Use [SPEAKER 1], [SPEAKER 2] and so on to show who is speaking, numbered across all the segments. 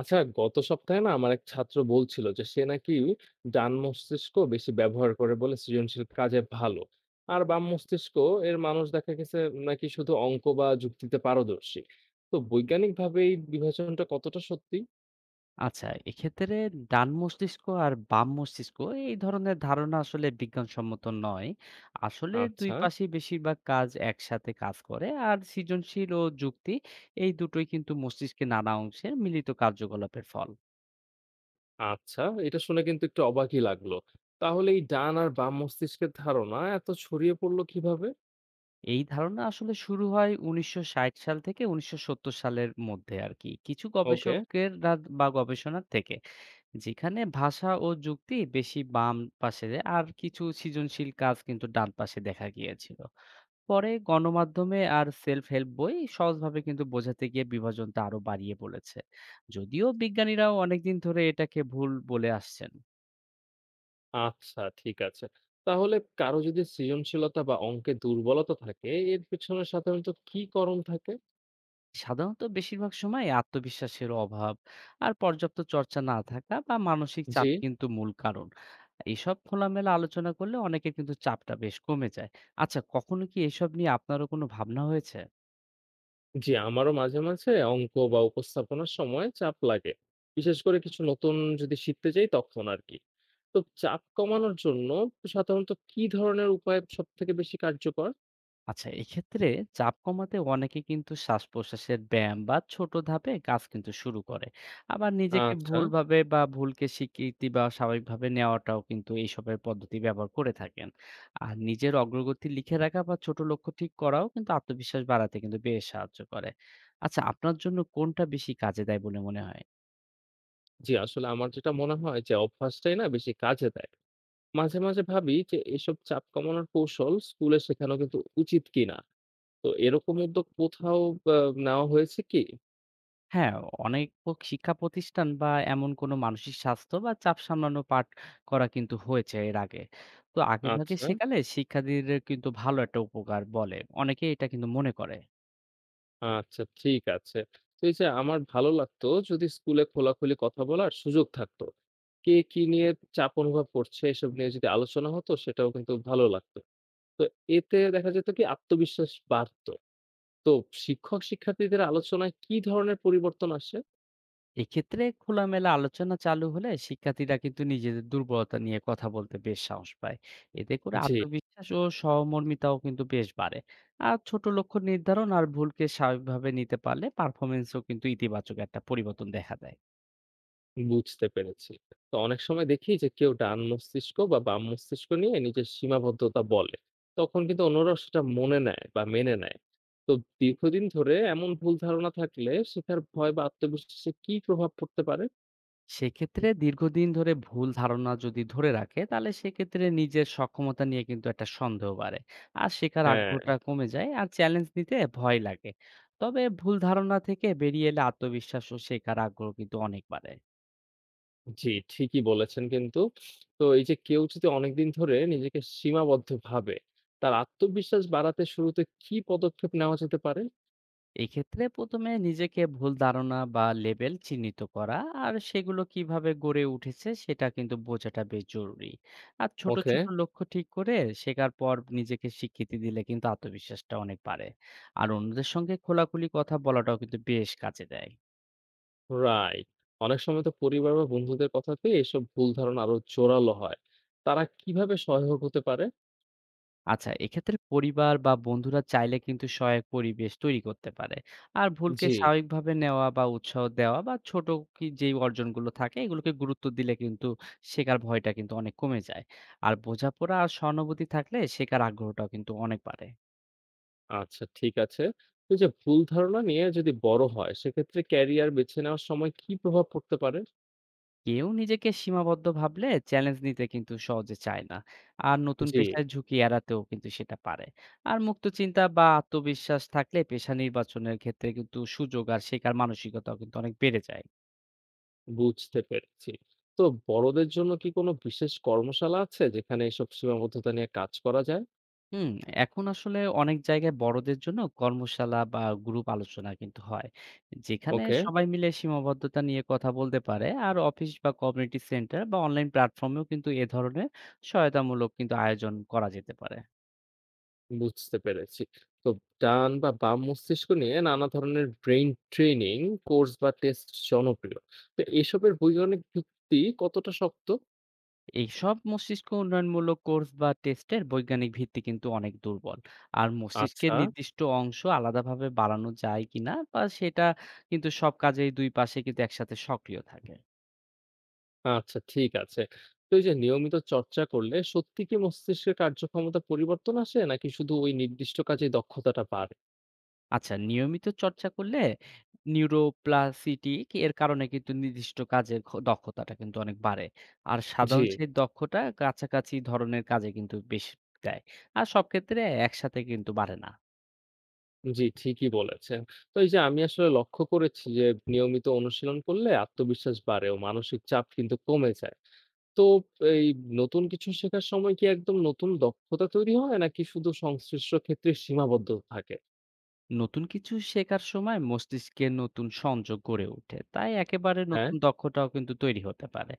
[SPEAKER 1] আচ্ছা গত সপ্তাহে না আমার এক ছাত্র বলছিল যে সে নাকি ডান মস্তিষ্ক বেশি ব্যবহার করে বলে সৃজনশীল কাজে ভালো আর বাম মস্তিষ্ক এর মানুষ দেখা গেছে নাকি শুধু অঙ্ক বা যুক্তিতে পারদর্শী। তো বৈজ্ঞানিক ভাবে এই বিভাজনটা কতটা সত্যি?
[SPEAKER 2] আচ্ছা, এক্ষেত্রে ডান মস্তিষ্ক আর বাম মস্তিষ্ক এই ধরনের ধারণা আসলে বিজ্ঞানসম্মত নয়। আসলে ২
[SPEAKER 1] আচ্ছা।
[SPEAKER 2] পাশেই বেশিরভাগ কাজ একসাথে কাজ করে। আর সৃজনশীল ও যুক্তি এই দুটোই কিন্তু মস্তিষ্কের নানা অংশের মিলিত কার্যকলাপের ফল।
[SPEAKER 1] আচ্ছা, এটা শুনে কিন্তু একটু অবাকই লাগলো। তাহলে এই ডান আর বাম মস্তিষ্কের ধারণা এত ছড়িয়ে পড়লো কিভাবে?
[SPEAKER 2] এই ধারণা আসলে শুরু হয় ১৯৬০ সাল থেকে ১৯৭০ সালের মধ্যে আরকি। কিছু
[SPEAKER 1] ওকে।
[SPEAKER 2] গবেষকের রা বা গবেষণার থেকে। যেখানে ভাষা ও যুক্তি বেশি বাম পাশে, আর কিছু সৃজনশীল কাজ কিন্তু ডান পাশে দেখা গিয়েছিল। পরে গণমাধ্যমে আর সেলফ হেল্প বই সহজভাবে কিন্তু বোঝাতে গিয়ে বিভাজনটা আরো বাড়িয়ে বলেছে, যদিও বিজ্ঞানীরাও অনেকদিন ধরে এটাকে ভুল বলে আসছেন।
[SPEAKER 1] আচ্ছা ঠিক আছে। তাহলে কারো যদি সৃজনশীলতা বা অঙ্কে দুর্বলতা থাকে, এর পেছনে সাধারণত কি কারণ থাকে?
[SPEAKER 2] সাধারণত বেশিরভাগ সময় আত্মবিশ্বাসের অভাব আর পর্যাপ্ত চর্চা না থাকা বা মানসিক
[SPEAKER 1] জি।
[SPEAKER 2] চাপই কিন্তু মূল কারণ। এইসব খোলামেলা আলোচনা করলে অনেকের কিন্তু চাপটা বেশ কমে যায়। আচ্ছা কখনো কি এসব নিয়ে আপনারও কোনো ভাবনা হয়েছে?
[SPEAKER 1] জি, আমারও মাঝে মাঝে অঙ্ক বা উপস্থাপনার সময় চাপ লাগে। বিশেষ করে কিছু নতুন যদি শিখতে যাই তখন আরকি। তো চাপ কমানোর জন্য সাধারণত কি ধরনের উপায় সবথেকে বেশি কার্যকর?
[SPEAKER 2] আচ্ছা এক্ষেত্রে চাপ কমাতে অনেকে কিন্তু শ্বাস প্রশ্বাসের ব্যায়াম বা ছোট ধাপে কাজ কিন্তু শুরু করে। আবার নিজেকে
[SPEAKER 1] আচ্ছা।
[SPEAKER 2] ভুলভাবে বা ভুলকে স্বীকৃতি বা স্বাভাবিকভাবে নেওয়াটাও কিন্তু এইসবের পদ্ধতি ব্যবহার করে থাকেন। আর নিজের অগ্রগতি লিখে রাখা বা ছোট লক্ষ্য ঠিক করাও কিন্তু আত্মবিশ্বাস বাড়াতে কিন্তু বেশ সাহায্য করে। আচ্ছা আপনার জন্য কোনটা বেশি কাজে দেয় বলে মনে হয়?
[SPEAKER 1] জি, আসলে আমার যেটা মনে হয় যে অভ্যাসটাই না বেশি কাজে দেয়। মাঝে মাঝে ভাবি যে এসব চাপ কমানোর কৌশল স্কুলে শেখানো কিন্তু উচিত কিনা? তো এরকম উদ্যোগ কোথাও বা নেওয়া হয়েছে কি?
[SPEAKER 2] হ্যাঁ, অনেক পক শিক্ষা প্রতিষ্ঠান বা এমন কোনো মানসিক স্বাস্থ্য বা চাপ সামলানো পাঠ করা কিন্তু হয়েছে এর আগে। তো আগেভাগে
[SPEAKER 1] আচ্ছা।
[SPEAKER 2] শেখালে শিক্ষার্থীদের কিন্তু ভালো একটা উপকার বলে অনেকে এটা কিন্তু মনে করে।
[SPEAKER 1] আচ্ছা ঠিক আছে। তো এই যে আমার ভালো লাগতো যদি স্কুলে খোলাখুলি কথা বলার সুযোগ থাকতো। কে কি নিয়ে চাপ অনুভব করছে এসব নিয়ে যদি আলোচনা হতো সেটাও কিন্তু ভালো লাগতো। তো এতে দেখা যেত কি আত্মবিশ্বাস বাড়তো। তো শিক্ষক শিক্ষার্থীদের আলোচনায় কি ধরনের পরিবর্তন আসে?
[SPEAKER 2] এক্ষেত্রে খোলামেলা আলোচনা চালু হলে শিক্ষার্থীরা কিন্তু নিজেদের দুর্বলতা নিয়ে কথা বলতে বেশ সাহস পায়। এতে করে
[SPEAKER 1] জি।
[SPEAKER 2] আত্মবিশ্বাস ও সহমর্মিতাও কিন্তু বেশ বাড়ে। আর ছোট লক্ষ্য নির্ধারণ আর ভুলকে স্বাভাবিকভাবে নিতে পারলে পারফরম্যান্সও কিন্তু ইতিবাচক একটা পরিবর্তন দেখা দেয়।
[SPEAKER 1] বুঝতে পেরেছি। তো অনেক সময় দেখি যে কেউ ডান মস্তিষ্ক বা বাম মস্তিষ্ক নিয়ে নিজের সীমাবদ্ধতা বলে। তখন কিন্তু অন্যরা সেটা মনে নেয় বা মেনে নেয়। তো দীর্ঘদিন ধরে এমন ভুল ধারণা থাকলে শেখার ভয় বা আত্মবিশ্বাসে কি প্রভাব পড়তে পারে?
[SPEAKER 2] সেক্ষেত্রে দীর্ঘদিন ধরে ভুল ধারণা যদি ধরে রাখে তাহলে সেক্ষেত্রে নিজের সক্ষমতা নিয়ে কিন্তু একটা সন্দেহ বাড়ে, আর শেখার
[SPEAKER 1] হ্যাঁ।
[SPEAKER 2] আগ্রহটা কমে যায় আর চ্যালেঞ্জ নিতে ভয় লাগে। তবে ভুল ধারণা থেকে বেরিয়ে এলে আত্মবিশ্বাস ও শেখার আগ্রহ কিন্তু অনেক বাড়ে।
[SPEAKER 1] জি ঠিকই বলেছেন কিন্তু। তো এই যে কেউ যদি অনেকদিন ধরে নিজেকে সীমাবদ্ধ ভাবে, তার আত্মবিশ্বাস বাড়াতে শুরুতে কি পদক্ষেপ নেওয়া যেতে পারে?
[SPEAKER 2] এক্ষেত্রে প্রথমে নিজেকে ভুল ধারণা বা লেবেল চিহ্নিত করা আর সেগুলো কিভাবে গড়ে উঠেছে সেটা কিন্তু বোঝাটা বেশ জরুরি। আর ছোট
[SPEAKER 1] ওকে।
[SPEAKER 2] ছোট লক্ষ্য ঠিক করে শেখার পর নিজেকে স্বীকৃতি দিলে কিন্তু আত্মবিশ্বাসটা অনেক বাড়ে। আর অন্যদের সঙ্গে খোলাখুলি কথা বলাটাও কিন্তু বেশ কাজে দেয়।
[SPEAKER 1] রাইট। অনেক সময় তো পরিবার বা বন্ধুদের কথাতে এসব ভুল ধারণা আরো জোরালো হয়। তারা কিভাবে সহায়ক হতে পারে?
[SPEAKER 2] আচ্ছা, এক্ষেত্রে পরিবার বা বন্ধুরা চাইলে কিন্তু সহায়ক পরিবেশ তৈরি করতে পারে। আর ভুলকে
[SPEAKER 1] জি।
[SPEAKER 2] স্বাভাবিকভাবে নেওয়া বা উৎসাহ দেওয়া বা ছোট কি যেই অর্জনগুলো থাকে এগুলোকে গুরুত্ব দিলে কিন্তু শেখার ভয়টা কিন্তু অনেক কমে যায়। আর বোঝাপড়া আর সহানুভূতি থাকলে শেখার আগ্রহটাও কিন্তু অনেক বাড়ে।
[SPEAKER 1] আচ্ছা ঠিক আছে। তো এই যে ভুল ধারণা নিয়ে যদি বড় হয় সেক্ষেত্রে ক্যারিয়ার বেছে নেওয়ার সময় কি প্রভাব পড়তে পারে?
[SPEAKER 2] কেউ নিজেকে সীমাবদ্ধ ভাবলে চ্যালেঞ্জ নিতে কিন্তু সহজে চায় না। আর নতুন
[SPEAKER 1] জি।
[SPEAKER 2] পেশায় ঝুঁকি এড়াতেও কিন্তু সেটা পারে। আর মুক্ত চিন্তা বা আত্মবিশ্বাস থাকলে পেশা নির্বাচনের ক্ষেত্রে কিন্তু সুযোগ আর শেখার মানসিকতাও কিন্তু অনেক বেড়ে যায়।
[SPEAKER 1] বুঝতে পেরেছি। তো বড়দের জন্য কি কোনো বিশেষ কর্মশালা আছে যেখানে এসব সীমাবদ্ধতা নিয়ে কাজ করা যায়?
[SPEAKER 2] হুম, এখন আসলে অনেক জায়গায় বড়দের জন্য কর্মশালা বা গ্রুপ আলোচনা কিন্তু হয়, যেখানে
[SPEAKER 1] ওকে।
[SPEAKER 2] সবাই মিলে সীমাবদ্ধতা নিয়ে কথা বলতে পারে। আর অফিস বা কমিউনিটি সেন্টার বা অনলাইন প্ল্যাটফর্মেও কিন্তু এ ধরনের সহায়তামূলক কিন্তু আয়োজন করা যেতে পারে।
[SPEAKER 1] বুঝতে পেরেছি। তো ডান বা বাম মস্তিষ্ক নিয়ে নানা ধরনের ব্রেইন ট্রেনিং কোর্স বা টেস্ট জনপ্রিয়। তো এসবের বৈজ্ঞানিক ভিত্তি কতটা শক্ত?
[SPEAKER 2] এইসব মস্তিষ্ক উন্নয়নমূলক কোর্স বা টেস্টের বৈজ্ঞানিক ভিত্তি কিন্তু অনেক দুর্বল। আর মস্তিষ্কের
[SPEAKER 1] আচ্ছা।
[SPEAKER 2] নির্দিষ্ট অংশ আলাদাভাবে বাড়ানো যায় কিনা বা সেটা কিন্তু সব কাজেই দুই পাশে কিন্তু একসাথে সক্রিয় থাকে।
[SPEAKER 1] আচ্ছা ঠিক আছে। তো এই যে নিয়মিত চর্চা করলে সত্যি কি মস্তিষ্কের কার্যক্ষমতা পরিবর্তন আসে নাকি শুধু ওই নির্দিষ্ট কাজে দক্ষতাটা বাড়ে?
[SPEAKER 2] আচ্ছা নিয়মিত চর্চা করলে নিউরোপ্লাসটিক এর কারণে কিন্তু নির্দিষ্ট কাজের দক্ষতাটা কিন্তু অনেক বাড়ে। আর
[SPEAKER 1] জি।
[SPEAKER 2] সাধারণ সেই দক্ষতা কাছাকাছি ধরনের কাজে কিন্তু বেশ দেয়। আর সব ক্ষেত্রে একসাথে কিন্তু বাড়ে না।
[SPEAKER 1] জি ঠিকই বলেছেন। তো এই যে আমি আসলে লক্ষ্য করেছি যে নিয়মিত অনুশীলন করলে আত্মবিশ্বাস বাড়ে ও মানসিক চাপ কিন্তু কমে যায়। তো এই নতুন কিছু শেখার সময় কি একদম নতুন দক্ষতা তৈরি হয় নাকি শুধু সংশ্লিষ্ট ক্ষেত্রে সীমাবদ্ধ থাকে?
[SPEAKER 2] নতুন কিছু শেখার সময় মস্তিষ্কে নতুন সংযোগ গড়ে ওঠে, তাই একেবারে
[SPEAKER 1] হ্যাঁ?
[SPEAKER 2] নতুন দক্ষতাও কিন্তু তৈরি হতে পারে।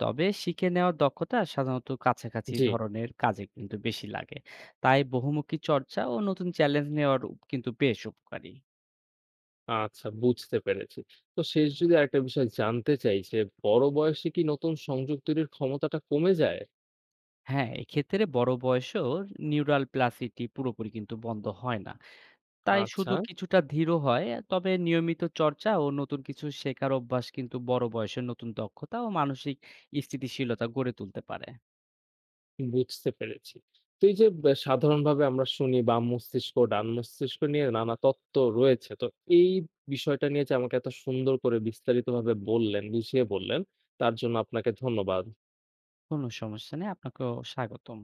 [SPEAKER 2] তবে শিখে নেওয়ার দক্ষতা সাধারণত কাছাকাছি
[SPEAKER 1] জি।
[SPEAKER 2] ধরনের কাজে কিন্তু বেশি লাগে। তাই বহুমুখী চর্চা ও নতুন চ্যালেঞ্জ নেওয়ার কিন্তু বেশ উপকারী।
[SPEAKER 1] আচ্ছা বুঝতে পেরেছি। তো শেষ যদি আরেকটা বিষয় জানতে চাই যে বড় বয়সে কি নতুন সংযোগ তৈরির ক্ষমতাটা কমে যায়?
[SPEAKER 2] হ্যাঁ, এক্ষেত্রে বড় বয়সেও নিউরাল প্লাসিটি পুরোপুরি কিন্তু বন্ধ হয় না। তাই
[SPEAKER 1] আচ্ছা।
[SPEAKER 2] শুধু কিছুটা ধীর হয়। তবে নিয়মিত চর্চা ও নতুন কিছু শেখার অভ্যাস কিন্তু বড় বয়সে নতুন দক্ষতা ও মানসিক স্থিতিশীলতা গড়ে তুলতে পারে।
[SPEAKER 1] বুঝতে পেরেছি। তো এই যে সাধারণভাবে আমরা শুনি বাম মস্তিষ্ক, ডান মস্তিষ্ক নিয়ে নানা তত্ত্ব রয়েছে। তো এই বিষয়টা নিয়ে যে আমাকে এত সুন্দর করে বিস্তারিতভাবে বললেন, বুঝিয়ে বললেন তার জন্য আপনাকে ধন্যবাদ।
[SPEAKER 2] কোনো সমস্যা নেই। আপনাকেও স্বাগতম।